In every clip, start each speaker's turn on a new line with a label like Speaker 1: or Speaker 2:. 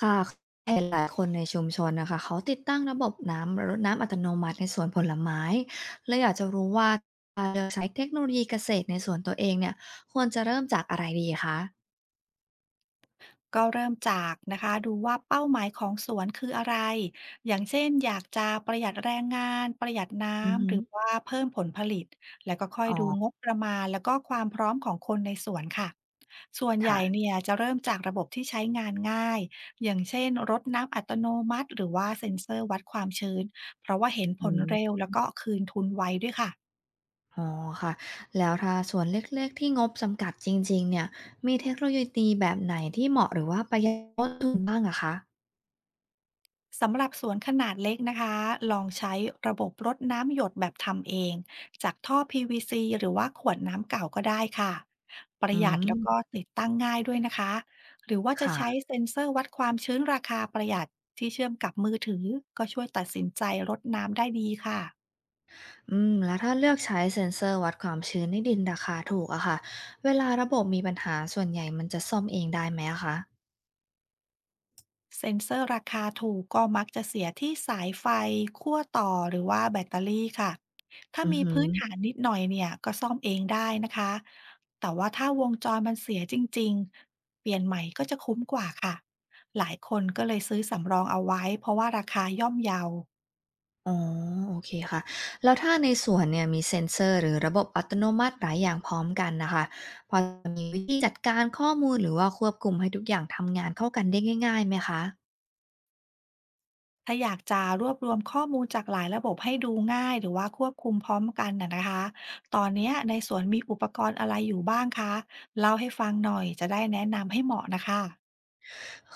Speaker 1: ค่ะเห็นหลายคนในชุมชนนะคะ เขาติดตั้งระบบน้ำรดน้ำอัตโนมัติในสวนผลไม้เลยอยากจะรู้ว่าการเลือกใช้เทคโนโลยีเกษตรในสวนตัวเองเนี่ยควรจะเริ่มจากอะไรดีคะ
Speaker 2: ก็เริ่มจากนะคะดูว่าเป้าหมายของสวนคืออะไรอย่างเช่นอยากจะประหยัดแรงงานประหยัด
Speaker 1: อือ
Speaker 2: น้ำ
Speaker 1: ฮึ
Speaker 2: หรือว่าเพิ่มผลผลิตแล้วก็ค่อย
Speaker 1: อ๋
Speaker 2: ดูงบ
Speaker 1: อ
Speaker 2: ประมาณแล้วก็ความพร้อมของคนในสวนค่ะส่วนใหญ่
Speaker 1: ค่ะ
Speaker 2: เนี่ยจะเริ่มจากระบบที่ใช้งานง่ายอย่างเช่นรดน้ำอัตโนมัติหรือว่าเซ็นเซอร์วัดความชื้นเพราะว่าเห็นผ
Speaker 1: อื
Speaker 2: ลเร็ว
Speaker 1: ม
Speaker 2: แล้วก็คืนทุนไวด้วยค่ะ
Speaker 1: อ๋อค่ะ แล้วถ้าสวนเล็กๆที่งบจำกัดจริงๆเนี่ยมีเทคโนโลยีแบบไหนที่เหมาะหรือว่าประหยัดต้นทุนบ้างอะคะ
Speaker 2: สำหรับสวนขนาดเล็กนะคะลองใช้ระบบรดน้ำหยดแบบทำเองจากท่อ PVC หรือว่าขวดน้ำเก่าก็ได้ค่ะป
Speaker 1: อื
Speaker 2: ระหยัดแล้วก็
Speaker 1: ม
Speaker 2: ติดตั้งง่ายด้วยนะคะหรือว่าจะใช้
Speaker 1: ค่ะ
Speaker 2: เซ็นเซอร์วัดความชื้นราคาประหยัดที่เชื่อมกับมือถือก็ช่วยตัดสินใจรดน้ำได้ดีค่ะ
Speaker 1: อืมแล้วถ้าเลือกใช้เซ็นเซอร์วัดความชื้นในดินราคาถูกอะค่ะเวลาระบบมีปัญหาส่วนใหญ่มันจะซ่อมเองได้ไหมอะคะ
Speaker 2: เซ็นเซอร์ราคาถูกก็มักจะเสียที่สายไฟขั้วต่อหรือว่าแบตเตอรี่ค่ะถ้า
Speaker 1: อือ
Speaker 2: มี
Speaker 1: หือ
Speaker 2: พื้นฐานนิดหน่อยเนี่ยก็ซ่อมเองได้นะคะแต่ว่าถ้าวงจรมันเสียจริงๆเปลี่ยนใหม่ก็จะคุ้มกว่าค่ะหลายคนก็เลยซื้อสำรองเอาไว้เพราะว่าราคาย่อมเยา
Speaker 1: อ๋อโอเคค่ะแล้วถ้าในสวนเนี่ยมีเซ็นเซอร์หรือระบบอัตโนมัติหลายอย่างพร้อมกันนะคะพอจะมีวิธีจัดการข้อมูลหรือว่าควบคุมให้ทุกอย่างทำงานเข้ากันได้ง่ายๆไหมคะ
Speaker 2: ถ้าอยากจะรวบรวมข้อมูลจากหลายระบบให้ดูง่ายหรือว่าควบคุมพร้อมกันนะคะตอนเนี้ยในสวนมีอุปกรณ์อะไรอยู่บ้างคะเล่าให้ฟังหน่อยจะได้แนะนำให้เหมาะนะคะ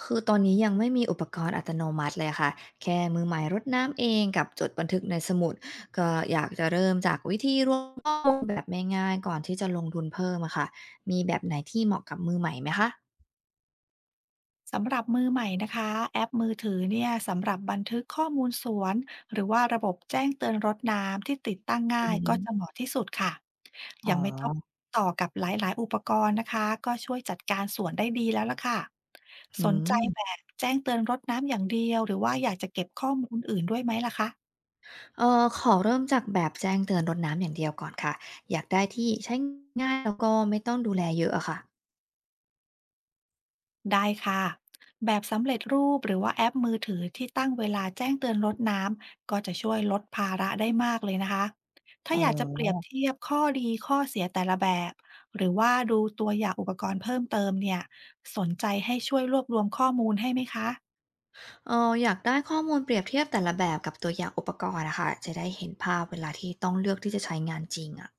Speaker 1: คือตอนนี้ยังไม่มีอุปกรณ์อัตโนมัติเลยค่ะแค่มือใหม่รดน้ำเองกับจดบันทึกในสมุดก็อยากจะเริ่มจากวิธีรวมข้อมูลแบบง่ายๆก่อนที่จะลงทุนเพิ่มอะค่ะมีแบบไหนที่เหมาะกับมือใหม่ไหมคะ
Speaker 2: สำหรับมือใหม่นะคะแอปมือถือเนี่ยสำหรับบันทึกข้อมูลสวนหรือว่าระบบแจ้งเตือนรถน้ำที่ติดตั้ง
Speaker 1: อื
Speaker 2: ง่ายก็จะเห
Speaker 1: ม
Speaker 2: มาะที่สุดค่ะ
Speaker 1: อ๋อ
Speaker 2: ยังไม่ต้องต่อกับหลายๆ อุปกรณ์นะคะก็ช่วยจัดการสวนได้ดีแล้วล่ะค่ะส
Speaker 1: อื
Speaker 2: นใจ
Speaker 1: ม
Speaker 2: แบบแจ้งเตือนรถน้ำอย่างเดียวหรือว่าอยากจะเก็บข้อมูลอื่นด้วยไหมล่ะคะ
Speaker 1: ขอเริ่มจากแบบแจ้งเตือนรดน้ำอย่างเดียวก่อนค่ะ อยากได้ที่ใช้ง่ายแล้วก็ไม่ต้องดูแลเยอะอะค่ะ
Speaker 2: ได้ค่ะแบบสำเร็จรูปหรือว่าแอปมือถือที่ตั้งเวลาแจ้งเตือนรดน้ำก็จะช่วยลดภาระได้มากเลยนะคะถ้า
Speaker 1: อ๋
Speaker 2: อยากจะเปรียบ
Speaker 1: อ
Speaker 2: เทียบข้อดีข้อเสียแต่ละแบบหรือว่าดูตัวอย่างอุปกรณ์เพิ่มเติมเนี่ยสนใจให้ช่วยรวบรวมข้อมูลให้ไหมคะ
Speaker 1: เอออยากได้ข้อมูลเปรียบเทียบแต่ละแบบกับตัวอย่างอุปกรณ์นะคะจะได้เห็นภาพเวลาที่ต้องเลือกที่จะใช้งานจริงอะ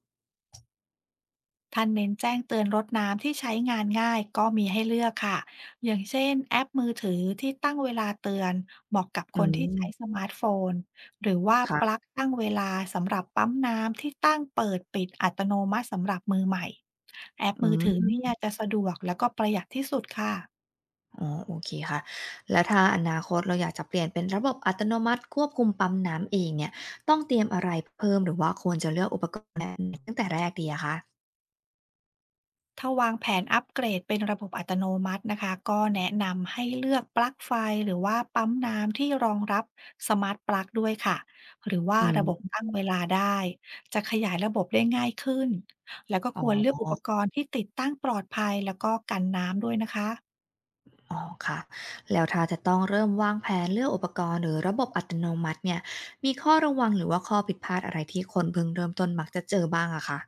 Speaker 2: ท่านเน้นแจ้งเตือนรถน้ำที่ใช้งานง่ายก็มีให้เลือกค่ะอย่างเช่นแอปมือถือที่ตั้งเวลาเตือนเหมาะกับค
Speaker 1: อื
Speaker 2: นที่
Speaker 1: ม
Speaker 2: ใช้สมาร์ทโฟน หรือว่าปลั๊
Speaker 1: ค่ะ
Speaker 2: กตั้งเวลาสำหรับปั๊มน้ำที่ตั้งเปิดปิดอัตโนมัติสำหรับมือใหม่แอป
Speaker 1: อื
Speaker 2: มือถือ
Speaker 1: ม
Speaker 2: เนี่ยจะสะดวกแล้วก็ประหยัดที่สุดค่ะ
Speaker 1: อ๋อโอเคค่ะแล้วถ้าอนาคตเราอยากจะเปลี่ยนเป็นระบบอัตโนมัติควบคุมปั๊มน้ำเองเนี่ยต้องเตรียมอะไรเพิ่มหรือว่าควรจะเลือกอุปกรณ์แบบไหนตั้งแต่แรกดีอะคะ
Speaker 2: ถ้าวางแผนอัปเกรดเป็นระบบอัตโนมัตินะคะก็แนะนำให้เลือกปลั๊กไฟหรือว่าปั๊มน้ำที่รองรับสมาร์ทปลั๊กด้วยค่ะหรือว่า
Speaker 1: อื
Speaker 2: ระ
Speaker 1: ม
Speaker 2: บบตั้งเวลาได้จะขยายระบบได้ง่ายขึ้นแล้วก็
Speaker 1: อ๋
Speaker 2: ค
Speaker 1: อ
Speaker 2: วรเลือกอุปกรณ์ที่ติดตั้งปลอดภัยแล้วก็กันน้ำด้วยนะคะ
Speaker 1: อ๋อค่ะแล้วถ้าจะต้องเริ่มวางแผนเลือกอุปกรณ์หรือระบบอัตโนมัติเนี่ยมีข้อระวังหรือว่าข้อผิดพลาดอะไรที่คนเพิ่งเริ่มต้นมักจะเจอบ้างอะคะ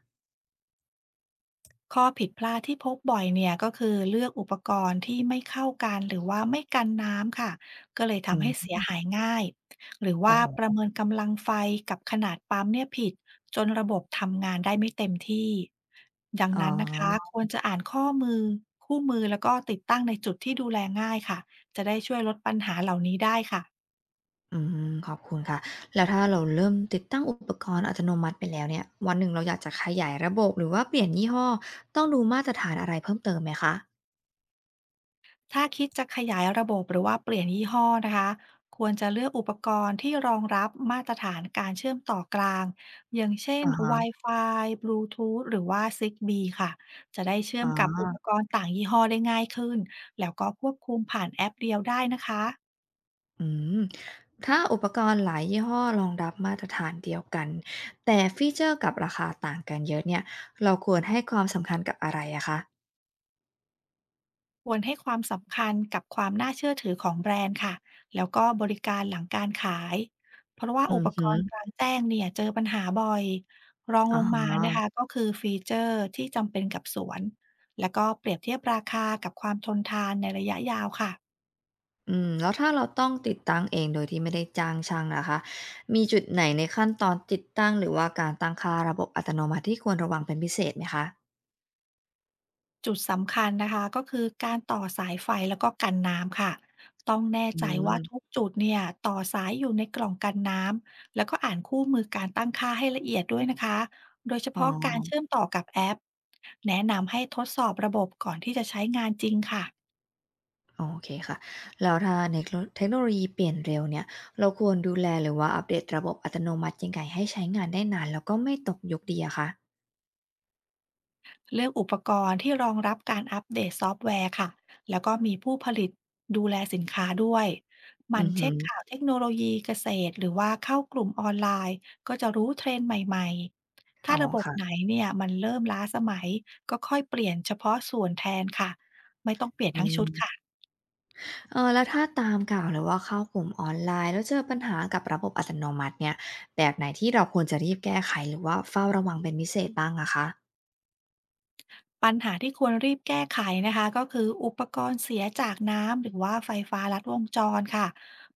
Speaker 2: ข้อผิดพลาดที่พบบ่อยเนี่ยก็คือเลือกอุปกรณ์ที่ไม่เข้ากันหรือว่าไม่กันน้ำค่ะก็เลย
Speaker 1: อื
Speaker 2: ทำให้เสี
Speaker 1: ม
Speaker 2: ยหายง่ายหรือ
Speaker 1: อ๋
Speaker 2: ว่าประ
Speaker 1: อ
Speaker 2: เมินกำลังไฟกับขนาดปั๊มเนี่ยผิดจนระบบทำงานได้ไม่เต็มที่ดัง
Speaker 1: อ๋อ
Speaker 2: นั้นนะคะควรจะอ่านข้อมือคู่มือแล้วก็ติดตั้งในจุดที่ดูแลง่ายค่ะจะได้ช่วยลดปัญหาเหล่านี้ได้ค่ะ
Speaker 1: อืมขอบคุณค่ะแล้วถ้าเราเริ่มติดตั้งอุปกรณ์อัตโนมัติไปแล้วเนี่ยวันหนึ่งเราอยากจะขยายระบบหรือว่าเปลี่ยนยี่ห้อ ต้องดูมาตรฐานอะไรเพิ่มเติมไหมคะ
Speaker 2: ถ้าคิดจะขยายระบบหรือว่าเปลี่ยนยี่ห้อนะคะควรจะเลือกอุปกรณ์ที่รองรับมาตรฐานการเชื่อมต่อกลางอย่างเช่น
Speaker 1: อะฮะ
Speaker 2: Wi-Fi Bluetooth หรือว่า Zigbee ค่ะจะได้เชื่อ
Speaker 1: อ๋
Speaker 2: ม
Speaker 1: อ
Speaker 2: กับอุปกรณ์ต่างยี่ห้อได้ง่ายขึ้นแล้วก็ควบคุมผ่านแอปเดียวได้นะคะ
Speaker 1: อืมถ้าอุปกรณ์หลายยี่ห้อรองรับมาตรฐานเดียวกัน แต่ฟีเจอร์กับราคาต่างกันเยอะเนี่ยเราควรให้ความสำคัญกับอะไรอะคะ
Speaker 2: ควรให้ความสำคัญกับความน่าเชื่อถือของแบรนด์ค่ะ แล้วก็บริการหลังการขาย เพราะว่า
Speaker 1: อื
Speaker 2: อุ
Speaker 1: อ
Speaker 2: ปก
Speaker 1: ฮึ
Speaker 2: รณ์กลางแจ้งเนี่ยเจอปัญหาบ่อย รอง
Speaker 1: อ๋
Speaker 2: ล
Speaker 1: อ
Speaker 2: งมานะคะก็คือฟีเจอร์ที่จำเป็นกับสวน แล้วก็เปรียบเทียบราคากับความทนทานในระยะยาวค่ะ
Speaker 1: อืมแล้วถ้าเราต้องติดตั้งเองโดยที่ไม่ได้จ้างช่างนะคะมีจุดไหนในขั้นตอนติดตั้งหรือว่าการตั้งค่าระบบอัตโนมัติที่ควรระวังเป็นพิเศษไหมคะ
Speaker 2: จุดสำคัญนะคะก็คือการต่อสายไฟแล้วก็กันน้ำค่ะต้องแน่
Speaker 1: อื
Speaker 2: ใจว่าทุก
Speaker 1: ม
Speaker 2: จุดเนี่ยต่อสายอยู่ในกล่องกันน้ำแล้วก็อ่านคู่มือการตั้งค่าให้ละเอียดด้วยนะคะโดยเฉ
Speaker 1: อ๋อ
Speaker 2: พาะการเชื่อมต่อกับแอปแนะนำให้ทดสอบระบบก่อนที่จะใช้งานจริงค่ะ
Speaker 1: โอเคค่ะแล้วถ้าเทคโนโลยีเปลี่ยนเร็วเนี่ยเราควรดูแลหรือว่าอัปเดตระบบอัตโนมัติยังไงให้ใช้งานได้นานแล้วก็ไม่ตกยุคดีอะคะ
Speaker 2: เลือกอุปกรณ์ที่รองรับการอัปเดตซอฟต์แวร์ค่ะ แล้วก็มีผู้ผลิตดูแลสินค้าด้วยหมั
Speaker 1: อื
Speaker 2: น
Speaker 1: อ
Speaker 2: เช็
Speaker 1: ฮึ
Speaker 2: คข่าวเทคโนโลยีเกษตรหรือว่าเข้ากลุ่มออนไลน์ก็จะรู้เทรนด์ใหม่ๆ ถ้า
Speaker 1: อ๋อ
Speaker 2: ระบบไหน
Speaker 1: ค่ะ
Speaker 2: เนี่ยมันเริ่มล้าสมัยก็ค่อยเปลี่ยนเฉพาะส่วนแทนค่ะไม่ต้องเปลี่ยน
Speaker 1: อื
Speaker 2: ทั้งชุดค่ะ
Speaker 1: ม เออแล้วถ้าตามข่าวหรือว่าเข้ากลุ่มออนไลน์แล้วเจอปัญหากับระบบอัตโนมัติเนี่ยแบบไหนที่เราควรจะรีบแก้ไขหรือว่าเฝ้าระวังเป็นพิเศษบ้างอะคะ
Speaker 2: ปัญหาที่ควรรีบแก้ไขนะคะก็คืออุปกรณ์เสียจากน้ำหรือว่าไฟฟ้าลัดวงจรค่ะ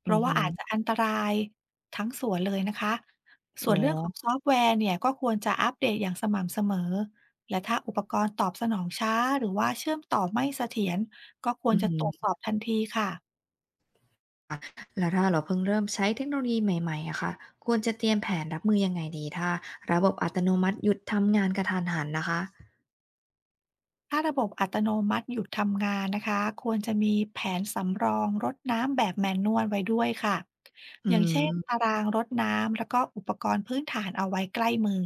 Speaker 2: เพ
Speaker 1: อื
Speaker 2: ราะ
Speaker 1: อ
Speaker 2: ว่า
Speaker 1: ฮึ
Speaker 2: อาจจะอันตรายทั้งสวนเลยนะคะส่
Speaker 1: อ๋
Speaker 2: ว
Speaker 1: อ
Speaker 2: นเรื่องของซอฟต์แวร์เนี่ยก็ควรจะอัปเดตอย่างสม่ำเสมอและถ้าอุปกรณ์ตอบสนองช้าหรือว่าเชื่อมต่อไม่เสถียรก็ควร
Speaker 1: อือ
Speaker 2: จะตรวจส
Speaker 1: ฮึ
Speaker 2: อบทันทีค่ะ
Speaker 1: แล้วถ้าเราเพิ่งเริ่มใช้เทคโนโลยีใหม่ๆอะค่ะควรจะเตรียมแผนรับมือยังไงดีถ้าระบบอัตโนมัติหยุดทำงานกระทันหันนะคะ
Speaker 2: ถ้าระบบอัตโนมัติหยุดทำงานนะคะควรจะมีแผนสำรองรดน้ำแบบแมนนวลไว้ด้วยค่ะ
Speaker 1: อื
Speaker 2: อย่างเช่น
Speaker 1: ม
Speaker 2: ตารางรดน้ำแล้วก็อุปกรณ์พื้นฐานเอาไว้ใกล้มือ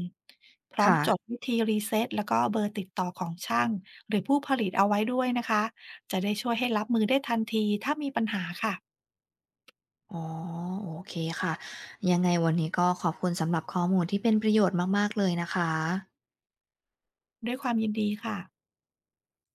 Speaker 2: พร้อมจด
Speaker 1: ค่ะ
Speaker 2: วิธีรีเซ็ตแล้วก็เบอร์ติดต่อของช่างหรือผู้ผลิตเอาไว้ด้วยนะคะจะได้ช่วยให้รับมือได้ทันทีถ้ามีปัญหาค่ะ
Speaker 1: อ๋อโอเคค่ะยังไงวันนี้ก็ขอบคุณสำหรับข้อมูลที่เป็นประโยชน์มากๆเลยนะคะ
Speaker 2: ด้วยความยินดีค่ะ